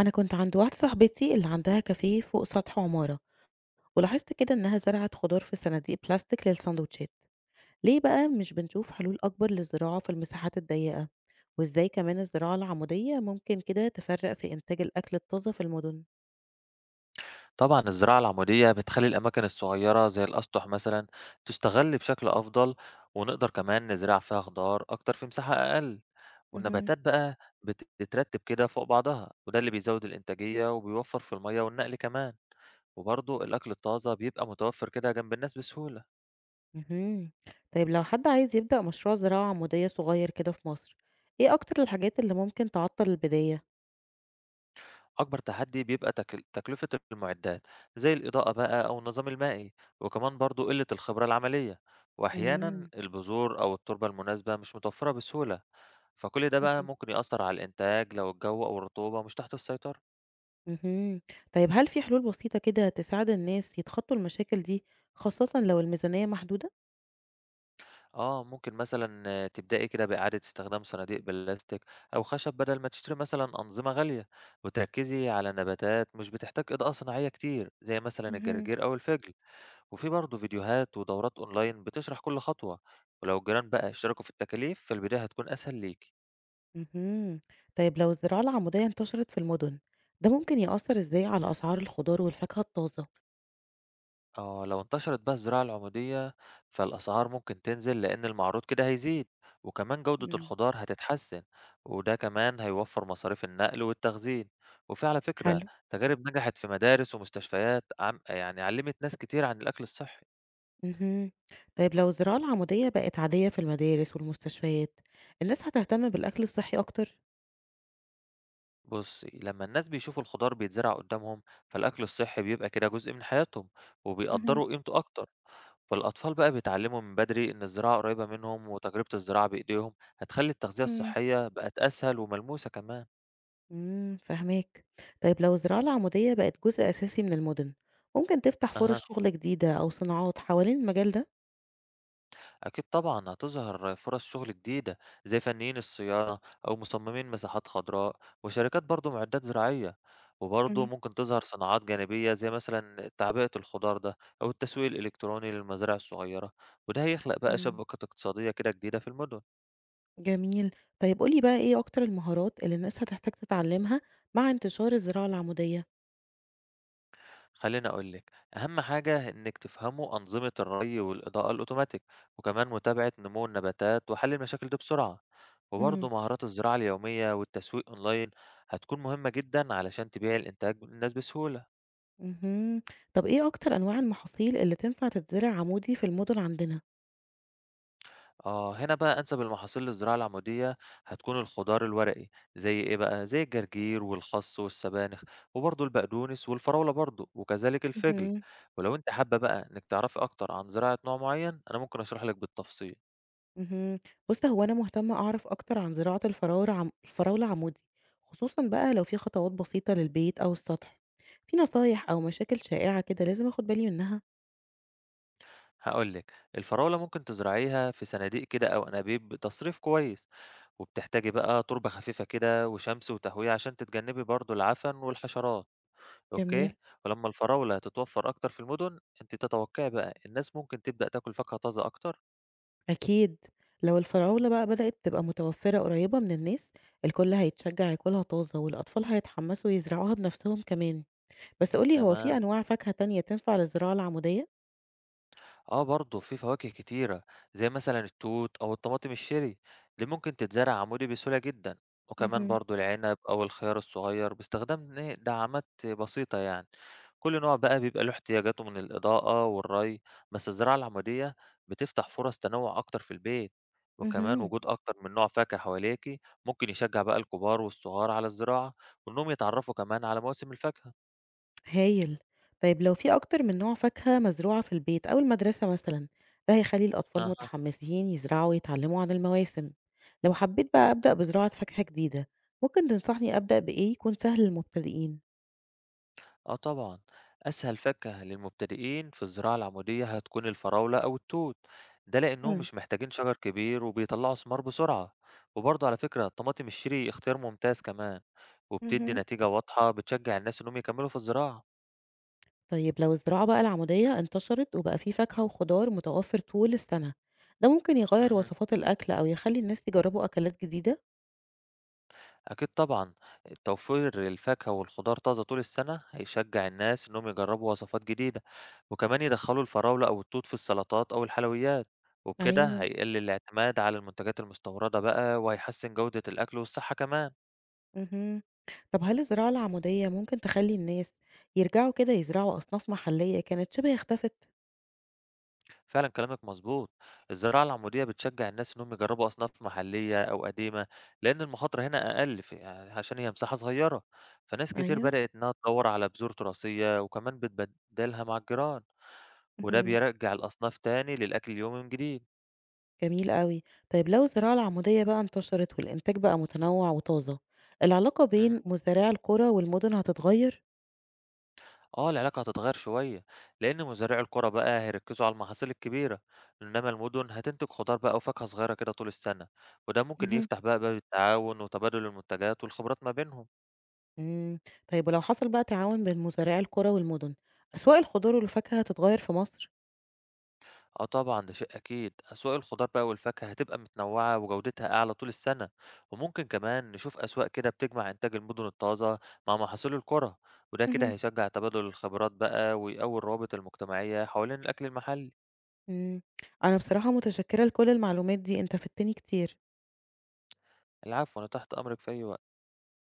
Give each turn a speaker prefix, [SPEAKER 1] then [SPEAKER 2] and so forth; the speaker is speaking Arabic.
[SPEAKER 1] أنا كنت عند واحدة صاحبتي اللي عندها كافيه فوق سطح عمارة، ولاحظت كده إنها زرعت خضار في صناديق بلاستيك للسندوتشات. ليه بقى مش بنشوف حلول أكبر للزراعة في المساحات الضيقة وإزاي كمان الزراعة العمودية ممكن كده تفرق في إنتاج الأكل الطازة في المدن؟
[SPEAKER 2] طبعًا الزراعة العمودية بتخلّي الأماكن الصغيرة زي الأسطح مثلًا تُستغَل بشكل أفضل، ونقدر كمان نزرع فيها خضار أكتر في مساحة أقل،
[SPEAKER 1] مهم.
[SPEAKER 2] والنباتات بقى بتترتب كده فوق بعضها، وده اللي بيزوّد الإنتاجية وبيوفّر في المَيّة والنقل كمان، وبرضه الأكل الطازة بيبقى متوفّر كده جنب الناس بسهولة.
[SPEAKER 1] مهم. طيب لو حد عايز يبدأ مشروع زراعة عمودية صغير كده في مصر، إيه أكتر الحاجات اللي ممكن تعطل البداية؟
[SPEAKER 2] أكبر تحدي بيبقى تكلفة المعدات زي الإضاءة بقى أو النظام المائي، وكمان برضه قلة الخبرة العملية، وأحيانًا
[SPEAKER 1] مم.
[SPEAKER 2] البذور أو التربة المناسبة مش متوفّرة بسهولة. فكل ده بقى
[SPEAKER 1] مهم.
[SPEAKER 2] ممكن يأثّر على الإنتاج لو الجو أو الرطوبة مش تحت السيطرة.
[SPEAKER 1] اهم. طيب هل في حلول بسيطة كده تساعد الناس يتخطّوا المشاكل دي، خاصةً لو الميزانية محدودة؟
[SPEAKER 2] آه، ممكن مثلًا تبدئي كده بإعادة استخدام صناديق بلاستيك أو خشب بدل ما تشتري مثلًا أنظمة غالية، وتركّزي على نباتات مش بتحتاج إضاءة صناعية كتير، زي مثلًا
[SPEAKER 1] اهم.
[SPEAKER 2] الجرجير أو الفجل. وفي برضه فيديوهات ودورات أونلاين بتشرح كل خطوة، ولو الجيران بقى اشتركوا في التكاليف، فالبداية هتكون أسهل ليكِ.
[SPEAKER 1] اهم. طيب لو الزراعة العمودية انتشرت في المدن، ده ممكن يأثّر إزاي على أسعار الخضار والفاكهة الطازة؟
[SPEAKER 2] آه، لو انتشرت بقى الزراعة العمودية فالأسعار ممكن تنزل لأن المعروض كده هيزيد، وكمان جودة
[SPEAKER 1] إمم.
[SPEAKER 2] الخضار هتتحسن، وده كمان هيوفر مصاريف النقل والتخزين. وفي على فكرة
[SPEAKER 1] حلو.
[SPEAKER 2] تجارب نجحت في مدارس ومستشفيات يعني علمت ناس كتير عن الأكل الصحي.
[SPEAKER 1] اهم. طيب لو الزراعة العمودية بقت عادية في المدارس والمستشفيات، الناس هتهتم بالأكل الصحي أكتر؟
[SPEAKER 2] بص، لما الناس بيشوفوا الخضار بيتزرع قدامهم فالأكل الصحي بيبقى كده جزء من حياتهم
[SPEAKER 1] اهم.
[SPEAKER 2] وبيقدروا قيمته أكتر. فالأطفال بقى بيتعلموا من بدري إن الزراعة قريبة منهم، وتجربة الزراعة بإيديهم هتخلي التغذية
[SPEAKER 1] إمم.
[SPEAKER 2] الصحية بقت أسهل وملموسة كمان.
[SPEAKER 1] إمم، فاهماك. طيب لو الزراعة العمودية بقت جزء أساسي من المُدن، ممكن تفتح
[SPEAKER 2] أها،
[SPEAKER 1] فرص شُغل جديدة أو صناعات حوالين المجال ده؟
[SPEAKER 2] أكيد طبعا هتظهر فرص شغل جديدة، زي فنيين الصيانة أو مصممين مساحات خضراء وشركات برضو معدات زراعية، وبرضو
[SPEAKER 1] إمم.
[SPEAKER 2] ممكن تظهر صناعات جانبية زي مثلا تعبئة الخضار ده أو التسويق الإلكتروني للمزارع الصغيرة، وده هيخلق بقى
[SPEAKER 1] إمم.
[SPEAKER 2] شبكة اقتصادية كده جديدة في المدن.
[SPEAKER 1] جميل. طيب قُل لي بقى إيه أكتر المهارات اللي الناس هتحتاج تتعلّمها مع انتشار الزراعة العمودية؟
[SPEAKER 2] خليني أقول لِك، أهم حاجة إنِّك تفهموا أنظمة الري والإضاءة الأوتوماتيك، وكمان متابعة نمو النباتات وحل المشاكل دي بسرعة،
[SPEAKER 1] إمم.
[SPEAKER 2] وبرضه مهارات الزراعة اليومية والتسويق أونلاين هتكون مهمة جدًا علشان تبيعي الإنتاج للناس بسهولة.
[SPEAKER 1] اهم. طب إيه أكتر أنواع المحاصيل اللي تنفع تتزرع عمودي في المُدن عندنا؟
[SPEAKER 2] آه، هنا بقى أنسب المحاصيل للزراعة العمودية هتكون الخضار الورقي، زي إيه بقى؟ زي الجرجير والخس والسبانخ، وبرضه البقدونس والفراولة برضه، وكذلك الفجل.
[SPEAKER 1] اهم.
[SPEAKER 2] ولو أنتِ حابة بقى إنِّك تعرفي أكتر عن زراعة نوع معين، أنا ممكن أشرح لِك بالتفصيل.
[SPEAKER 1] اهم. بُص، هو أنا مهتمة أعرف أكتر عن زراعة الفراولة الفراولة عمودي، خصوصًا بقى لو في خطوات بسيطة للبيت أو السطح. في نصايح أو مشاكل شائعة كده لازم آخد بالي منها؟
[SPEAKER 2] هاقول لِك، الفراولة ممكن تزرعيها في صناديق كده أو أنابيب بتصريف كويس، وبتحتاجي بقى تربة خفيفة كده وشمس وتهوية عشان تتجنبي برضه العفن والحشرات، أوكي؟
[SPEAKER 1] جميل.
[SPEAKER 2] ولما الفراولة تتوفر أكتر في المدن، أنتِ تتوقعي بقى الناس ممكن تبدأ تاكل فاكهة طازة أكتر؟
[SPEAKER 1] أكيد. لو الفراولة بقى بدأت تبقى متوفرة قريبة من الناس، الكل هيتشجع ياكلها طازة والأطفال هيتحمسوا يزرعوها بنفسهم كمان. بس قُل لي هو في
[SPEAKER 2] تمام.
[SPEAKER 1] أنواع فاكهة تانية تنفع للزراعة العمودية؟
[SPEAKER 2] آه برضه في فواكه كتيرة زي مثلا التوت أو الطماطم الشيري اللي ممكن تتزرع عمودي بسهولة جدا، وكمان
[SPEAKER 1] اهم.
[SPEAKER 2] برضه العنب أو الخيار الصغير باستخدام إيه دعامات بسيطة يعني. كل نوع بقى بيبقى له احتياجاته من الإضاءة والري، بس الزراعة العمودية بتفتح فرص تنوع أكتر في البيت، وكمان
[SPEAKER 1] اهم.
[SPEAKER 2] وجود أكتر من نوع فاكهة حواليكي ممكن يشجع بقى الكبار والصغار على الزراعة وإنهم يتعرفوا كمان على مواسم الفاكهة.
[SPEAKER 1] هايل. طيب لو في أكتر من نوع فاكهة مزروعة في البيت أو المدرسة مثلًا، ده هيخلّي الأطفال
[SPEAKER 2] أها.
[SPEAKER 1] متحمسين يزرعوا ويتعلموا عن المواسم. لو حبيت بقى أبدأ بزراعة فاكهة جديدة، ممكن تنصحني أبدأ بإيه يكون سهل للمبتدئين؟
[SPEAKER 2] آه طبعًا، أسهل فاكهة للمبتدئين في الزراعة العمودية هتكون الفراولة أو التوت، ده لإنهم
[SPEAKER 1] إمم.
[SPEAKER 2] مش محتاجين شجر كبير وبيطلعوا ثمار بسرعة، وبرضه على فكرة الطماطم الشيري اختيار ممتاز كمان، وبتدي
[SPEAKER 1] اهم.
[SPEAKER 2] نتيجة واضحة بتشجع الناس إنهم يكملوا في الزراعة.
[SPEAKER 1] طيب لو الزراعة بقى العمودية انتشرت وبقى في فاكهة وخضار متوفر طول السنة، ده ممكن يغيّر
[SPEAKER 2] اهم.
[SPEAKER 1] وصفات الأكل أو يخلّي الناس يجربوا أكلات جديدة؟
[SPEAKER 2] أكيد طبعًا، توفير الفاكهة والخضار طازة طول السنة هيشجّع الناس إنهم يجربوا وصفات جديدة، وكمان يدخلوا الفراولة أو التوت في السلطات أو الحلويات، وبكده
[SPEAKER 1] أيوه.
[SPEAKER 2] هيقل الاعتماد على المنتجات المستوردة بقى وهيحسن جودة الأكل والصحة كمان.
[SPEAKER 1] اهم. طب هل الزراعة العمودية ممكن تخلّي الناس يرجعوا كده يزرعوا أصناف محلية كانت شبه اختفت؟
[SPEAKER 2] فعلًا كلامك مظبوط، الزراعة العمودية بتشجّع الناس إنهم يجربوا أصناف محلية أو قديمة، لأن المخاطرة هنا أقل ف عشان هي مساحة صغيرة، فناس كتير
[SPEAKER 1] أيوه.
[SPEAKER 2] بدأت إنها تدوّر على بذور تراثية وكمان بتبدلها مع الجيران. وده
[SPEAKER 1] اهم.
[SPEAKER 2] بيرجّع الأصناف تاني للأكل اليومي من جديد.
[SPEAKER 1] جميل أوي. طيب لو الزراعة العمودية بقى انتشرت والإنتاج بقى متنوع وطازة، العلاقة
[SPEAKER 2] اهم.
[SPEAKER 1] بين مزارعي القرى والمدن هتتغير؟
[SPEAKER 2] آه، العلاقة هتتغيّر شوية، لإن مزارعي القرى بقى هيركّزوا على المحاصيل الكبيرة، إنما المدن هتنتج خضار بقى وفاكهة صغيرة كده طول السنة، وده ممكن
[SPEAKER 1] اهم.
[SPEAKER 2] يفتح بقى باب التعاون وتبادل المنتجات والخبرات ما بينهم.
[SPEAKER 1] إمم. طيب ولو حصل بقى تعاون بين مزارعي القرى والمدن، أسواق الخضار والفاكهة هتتغير في مصر؟
[SPEAKER 2] آه طبعًا، ده شيء أكيد. أسواق الخضار بقى والفاكهة هتبقى متنوعة وجودتها أعلى طول السنة، وممكن كمان نشوف أسواق كده بتجمع إنتاج المدن الطازة مع محاصيل القرى، وده كده
[SPEAKER 1] اهم.
[SPEAKER 2] هيشجّع تبادل الخبرات بقى ويقوي الروابط المجتمعية حوالين الأكل المحلي.
[SPEAKER 1] إمم. أنا بصراحة متشكرة لكل المعلومات دي، أنت فدتني كتير.
[SPEAKER 2] العفو، أنا تحت أمرِك في أي وقت.